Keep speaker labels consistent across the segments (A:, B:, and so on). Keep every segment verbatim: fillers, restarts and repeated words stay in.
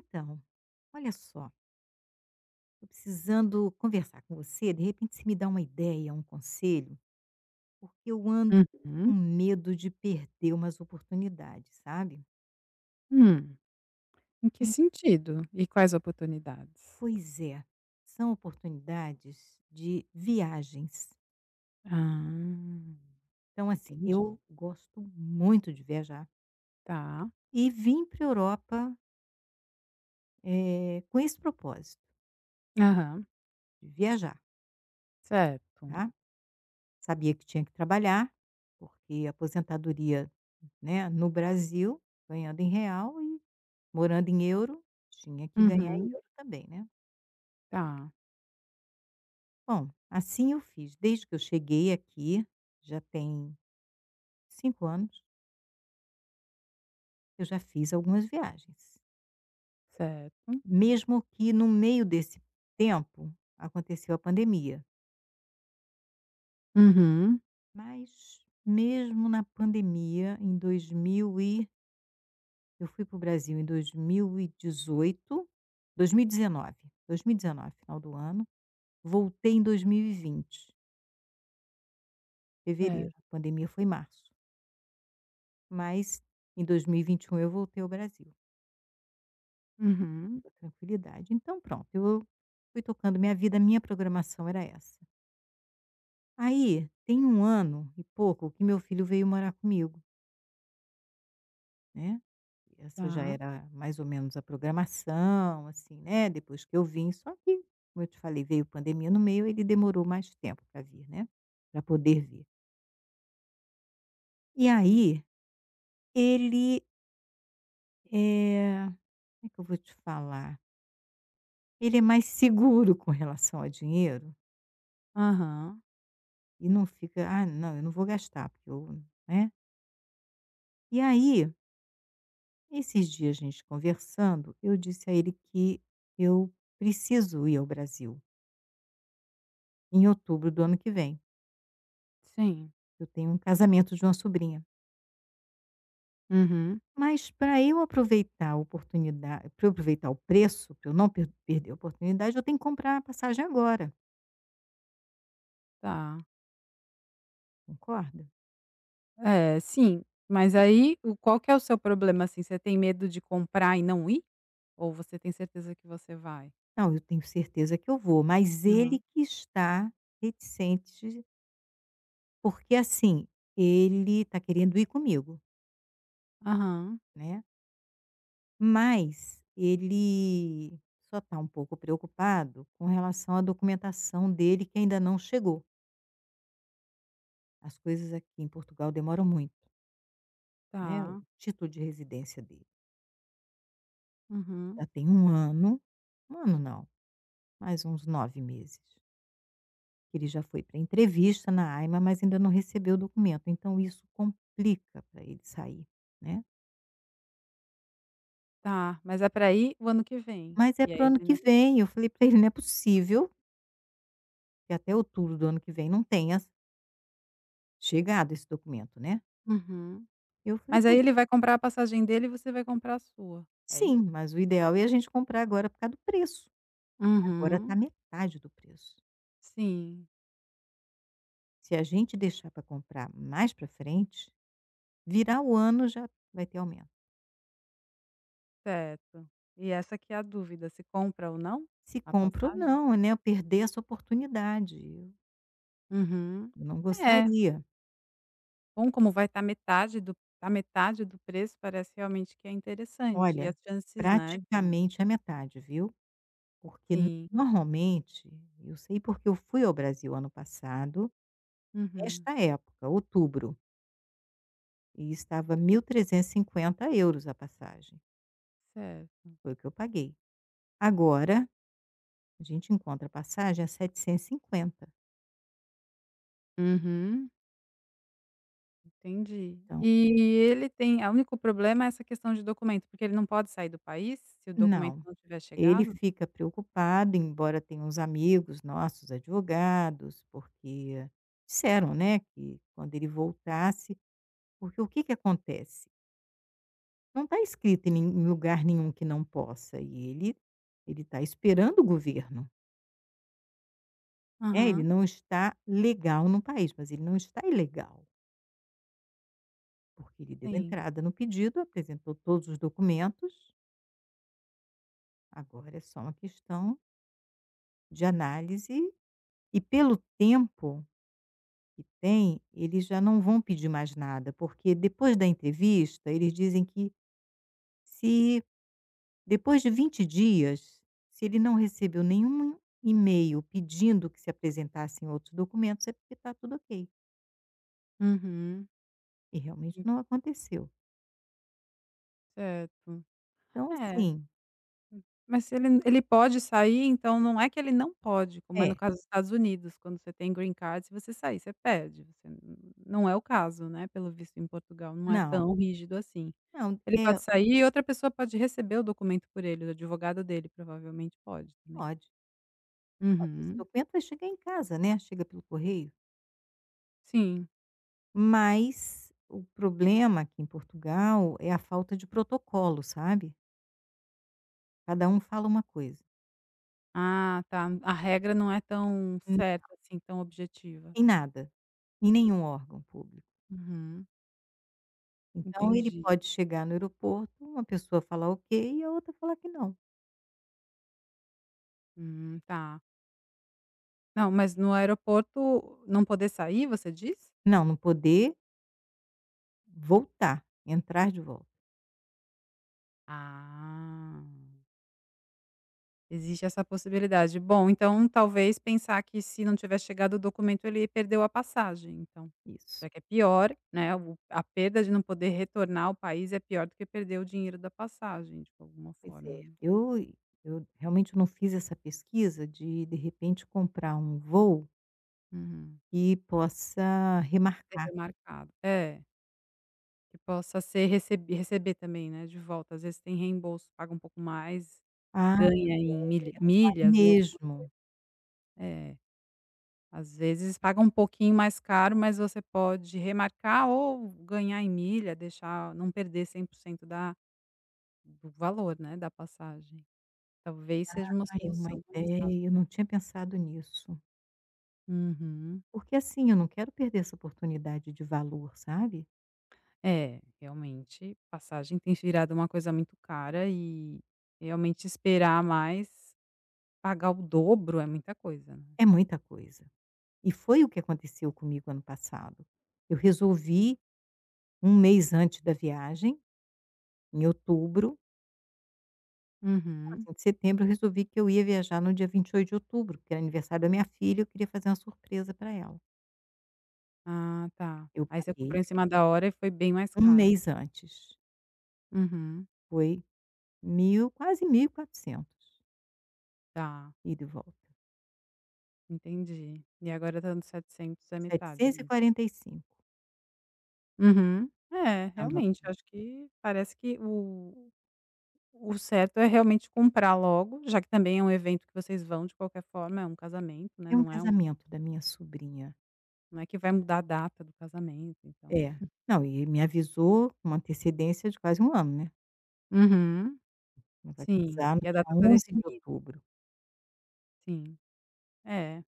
A: Então, olha só, tô precisando conversar com você, de repente se me dá uma ideia, um conselho, porque eu ando com
B: Uhum.
A: medo de perder umas oportunidades, sabe.
B: Hum, Em que
A: E
B: sentido? E quais oportunidades?
A: pois é, são oportunidades de viagens.
B: Ah,
A: Então assim,
B: entendi.
A: eu gosto muito de viajar
B: Tá.
A: e vim para a Europa, eh, com esse propósito,
B: Aham,
A: de viajar,
B: certo.
A: tá. Sabia que tinha que trabalhar, porque a aposentadoria, né, no Brasil, ganhando em real e morando em euro, tinha que ganhar em
B: Uhum,
A: euro também, né.
B: tá,
A: Bom, assim eu fiz. Desde que eu cheguei aqui, já tem cinco anos, eu já fiz algumas viagens.
B: certo.
A: Mesmo que no meio desse tempo, aconteceu a pandemia.
B: Uhum,
A: Mas mesmo na pandemia, em dois mil e eu fui para o Brasil em dois mil e dezoito, dois mil e dezenove, dois mil e dezenove, final do ano, voltei em dois mil e vinte,
B: certo.
A: fevereiro, a pandemia foi em março. Mas em dois mil e e vinte e um eu voltei ao Brasil,
B: Uhum,
A: com tranquilidade. Então pronto, eu fui tocando minha vida, minha programação era essa. Aí tem um ano e pouco que meu filho veio morar comigo, né, essa já
B: tá.
A: era mais ou menos a programação, assim, né, depois que eu vim, só que, como eu te falei, veio pandemia no meio, ele demorou mais tempo para vir, né, para poder vir. E aí ele, eh, como é que eu vou te falar, ele é mais seguro com relação a dinheiro.
B: Aham,
A: E não fica: "Ah, não, eu não vou gastar porque eu", né. E aí, esses dias a gente conversando, eu disse a ele que eu preciso ir ao Brasil em outubro do ano que vem.
B: sim.
A: Eu tenho um casamento de uma sobrinha.
B: Uhum,
A: Mas para eu aproveitar a oportunidade, para eu aproveitar o preço, para eu não per perder a oportunidade, eu tenho que comprar a passagem agora,
B: tá.
A: concorda?
B: É, sim, mas aí o qual que é o seu problema, assim, você tem medo de comprar e não ir? Ou você tem certeza que você vai?
A: "Não, eu tenho certeza que eu vou", mas ele
B: Aham.
A: que está reticente, porque, assim, ele está querendo ir comigo,
B: Aham,
A: né. Mas ele só está um pouco preocupado com relação à documentação dele que ainda não chegou. As coisas aqui em Portugal demoram muito, né, o
B: tá.
A: título de residência dele.
B: Uhum.
A: Já tem um ano, um ano não, mais uns nove meses, que ele já foi para entrevista na AIMA, mas ainda não recebeu o documento, então isso complica para ele sair, né.
B: Tá, mas é pra ir o ano que vem,
A: Mas é
B: e aí
A: para o ano
B: ele
A: que
B: não.
A: vem, eu falei para ele: "Não é possível que até outubro do ano que vem não tenha chegado esse documento, né".
B: Uhum.
A: Eu falei:
B: Mas aí
A: pô.
B: ele vai comprar a passagem dele e você vai comprar a sua, é isso?
A: Sim, mas o ideal é a gente comprar agora por causa do preço. Agora está
B: Uhum.
A: metade do preço.
B: Sim,
A: Se a gente deixar para comprar mais para frente, virar o ano já vai ter aumento.
B: certo. E essa que é a dúvida, se compra ou não
A: Se
B: a
A: compra ou
B: passagem?
A: não, né, eu perder essa oportunidade, eu
B: Uhum.
A: eu não
B: É,
A: gostaria.
B: bom como vai estar metade do, a metade do preço parece realmente que é interessante, e as
A: Olha,
B: chances, né, de
A: praticamente a metade, viu? Porque
B: sim.
A: normalmente, eu sei porque eu fui ao Brasil ano passado,
B: Uhum.
A: nesta época, outubro, e estava mil trezentos e cinquenta euros a passagem.
B: Certo.
A: Foi o que eu paguei. Agora, a gente encontra passagem a setecentos e cinquenta.
B: Uhum. Entendi.
A: Então,
B: E ele tem a único problema é essa questão de documento, porque ele não pode sair do país se o documento
A: não.
B: não tiver
A: Ele
B: chegado?
A: fica preocupado, embora tenha uns amigos nossos, advogados, porque disseram, né, que quando ele voltasse, porque o que que acontece? Não está escrito em nem em lugar nenhum que não possa, e ele ele está esperando o governo, né, ele
B: Aham,
A: não está legal no país, mas ele não está ilegal, porque ele deu
B: sim.
A: entrada no pedido, apresentou todos os documentos, agora é só uma questão de análise e pelo tempo que tem, eles já não vão pedir mais nada, porque depois da entrevista, eles dizem que se depois de vinte dias, se ele não recebeu nenhum e-mail pedindo que se apresentassem outros documentos, é porque está tudo ok.
B: Uhum,
A: E realmente não aconteceu.
B: certo.
A: Então,
B: É,
A: assim,
B: mas se ele ele pode sair, então não é que ele não pode, como é no
A: é,
B: caso dos Estados Unidos, quando você tem green card, se você sair, você perde, você n- não é o caso, né, pelo visto em Portugal, não é
A: não,
B: tão rígido assim.
A: não,
B: Ele
A: é,
B: pode sair e outra pessoa pode receber o documento por ele, o advogado dele provavelmente pode também.
A: pode. Não, esse
B: Uhum,
A: documento vai chegar em casa, né, chega pelo correio.
B: sim.
A: Mas o problema aqui em Portugal é a falta de protocolo, sabe. Cada um fala uma coisa,
B: Ah, tá. A regra não é tão
A: Hum.
B: certa assim, tão objetiva.
A: em nada, em nenhum órgão público.
B: Uhum.
A: Então ele
B: Entendi.
A: pode chegar no aeroporto, uma pessoa falar ok e a outra falar que não.
B: Hum, tá. Não, mas no aeroporto não poder sair, você diz?
A: Não, não poder voltar, entrar de volta,
B: Ah, existe essa possibilidade. Bom, então talvez pensar que se não tiver chegado o documento, ele perdeu a passagem, então.
A: isso.
B: Já que é pior, né, o a perda de não poder retornar ao país é pior do que perder o dinheiro da passagem, de alguma
A: Pois
B: forma,
A: é.
B: né.
A: Eu eu realmente não fiz essa pesquisa de, de repente, comprar um voo
B: Uhum.
A: que possa
B: Ser
A: remarcar.
B: remarcado. É. Que possa ser recebi receber também, né, de volta. Às vezes tem reembolso, paga um pouco mais,
A: Ah,
B: ganha em milha milhas ou
A: também,
B: alguma,
A: mesmo.
B: é, às vezes paga um pouquinho mais caro, mas você pode remarcar ou ganhar em milha, deixar não perder cem por cento da do valor, né, da passagem. Talvez seja uma
A: Ai, é uma
B: solução mais razo
A: ideia, eu não tinha pensado nisso.
B: Uhum.
A: Porque assim, eu não quero perder essa oportunidade de valor, sabe?
B: É, realmente, passagem tem virado uma coisa muito cara e, realmente, esperar mais, pagar o dobro é muita coisa, né.
A: É muita coisa. E foi o que aconteceu comigo ano passado. Eu resolvi, um mês antes da viagem, em outubro,
B: Uhum.
A: assim, de setembro, eu resolvi que eu ia viajar no dia vinte e oito de outubro, que era aniversário da minha filha, eu queria fazer uma surpresa para ela.
B: Ah, tá.
A: Eu
B: Aí você
A: paguei
B: comprou em cima da hora e foi bem mais
A: um
B: caro.
A: mês antes.
B: Uhum,
A: Foi mil, quase mil e quatrocentos,
B: tá,
A: ida e volta.
B: entendi. E agora tá nos setecentos, é metade
A: Setecentos e e
B: mesmo.
A: quarenta e cinco.
B: Uhum. É, realmente, acho que parece que o o certo é realmente comprar logo, já que também é um evento que vocês vão de qualquer forma, é um casamento, né,
A: É um
B: não é um,
A: casamento da minha sobrinha.
B: não é que vai mudar a data do casamento, então.
A: É. Não, e me avisou com uma antecedência de quase um ano, né.
B: Uhum,
A: Ela vai
B: sim.
A: casar no
B: E a data tá
A: dia onze de
B: definida,
A: outubro.
B: sim. É.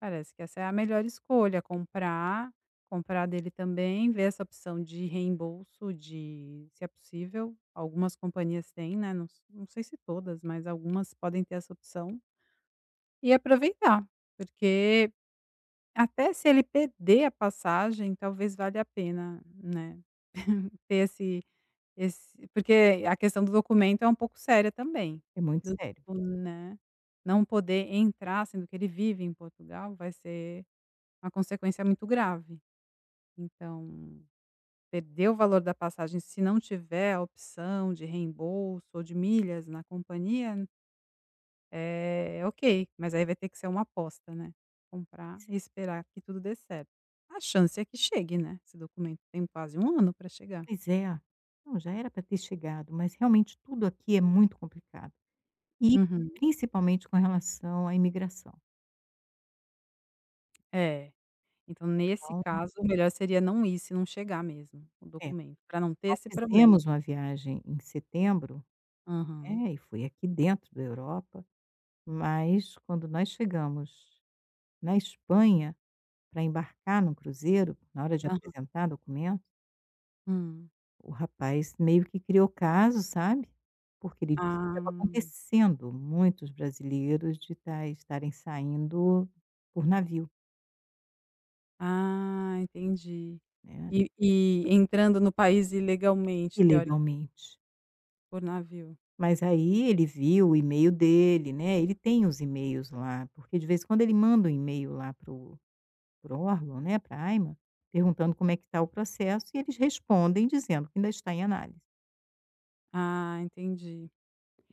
B: Parece que essa é a melhor escolha, comprar, comprar dele também, ver essa opção de reembolso, de se é possível, algumas companhias têm, né, não s não sei se todas, mas algumas podem ter essa opção, e aproveitar, porque até se ele perder a passagem, talvez valha a pena, né, ter esse esse porque a questão do documento é um pouco séria também,
A: É muito
B: do
A: sério.
B: tipo, né, não poder entrar, sendo que ele vive em Portugal, vai ser uma consequência muito grave. Então, perder o valor da passagem se não tiver a opção de reembolso ou de milhas na companhia, é é ok, mas aí vai ter que ser uma aposta, né. Comprar
A: Pois é.
B: e esperar que tudo dê certo. A chance é que chegue, né, esse documento tem quase um ano para chegar.
A: Pois é. Não, já era para ter chegado, mas realmente tudo aqui é muito complicado. E
B: Uhum.
A: principalmente com relação à imigração.
B: É. Então nesse
A: Então,
B: caso o melhor seria não ir se não chegar mesmo o
A: é,
B: documento, para não ter
A: nós
B: esse problema.
A: fizemos uma viagem em setembro,
B: Aham.
A: né, e foi aqui dentro da Europa, mas quando nós chegamos na Espanha para embarcar no cruzeiro, na hora de
B: Aham.
A: apresentar documento,
B: Hum.
A: o rapaz meio que criou caso, sabe, porque ele disse que
B: Ah.
A: estava acontecendo muitos brasileiros de ta estarem saindo por navio,
B: Ah, entendi.
A: né,
B: E e entrando no país ilegalmente, teoricamente
A: ilegalmente.
B: por navio.
A: Mas aí ele viu o e-mail dele, né, ele tem os e-mails lá, porque de vez em quando ele manda um e-mail lá para o para órgão, né, pra AIMA, perguntando como é que está o processo e eles respondem dizendo que ainda está em análise.
B: Ah, entendi.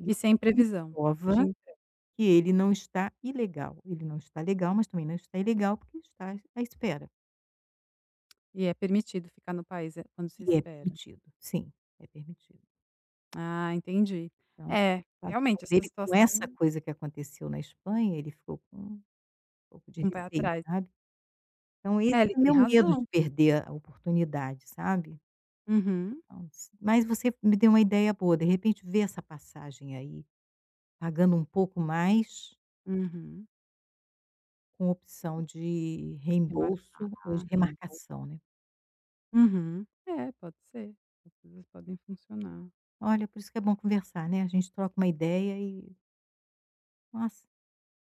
A: E
B: E sem previsão
A: comprova
B: de entra
A: que ele não está ilegal, ele não está legal, mas também não está ilegal, porque está à espera.
B: e é permitido ficar no país, eh, quando se
A: E é
B: espera.
A: permitido, sim, é permitido.
B: Ah, entendi.
A: Então,
B: É,
A: a
B: realmente
A: situação
B: essa
A: dele com essa
B: situação,
A: coisa que aconteceu na Espanha, ele ficou com um pouco de
B: com o pé
A: receio,
B: atrás.
A: sabe. Então esse
B: É, ele
A: é
B: tem
A: meu medo de
B: razão.
A: perder a oportunidade, sabe.
B: Uhum,
A: Então, s mas você me deu uma ideia boa, de repente ver essa passagem aí, pagando um pouco mais,
B: uhum.
A: com opção de
B: Remarcar,
A: reembolso ou de
B: sim.
A: remarcação, né.
B: Uhum. É, pode ser. As coisas podem funcionar.
A: Olha, por isso que é bom conversar, né, a gente troca uma ideia e, nossa,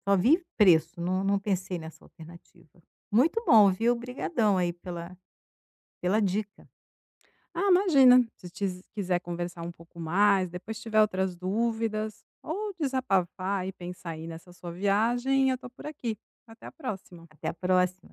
A: só vi preço, não não pensei nessa alternativa. Muito bom, viu, obrigadão aí pela pela dica.
B: Ah, imagina. Se tis quiser conversar um pouco mais, depois tiver outras dúvidas ou desabafar e pensar aí nessa sua viagem, eu tô por aqui. Até a próxima.
A: Até a próxima.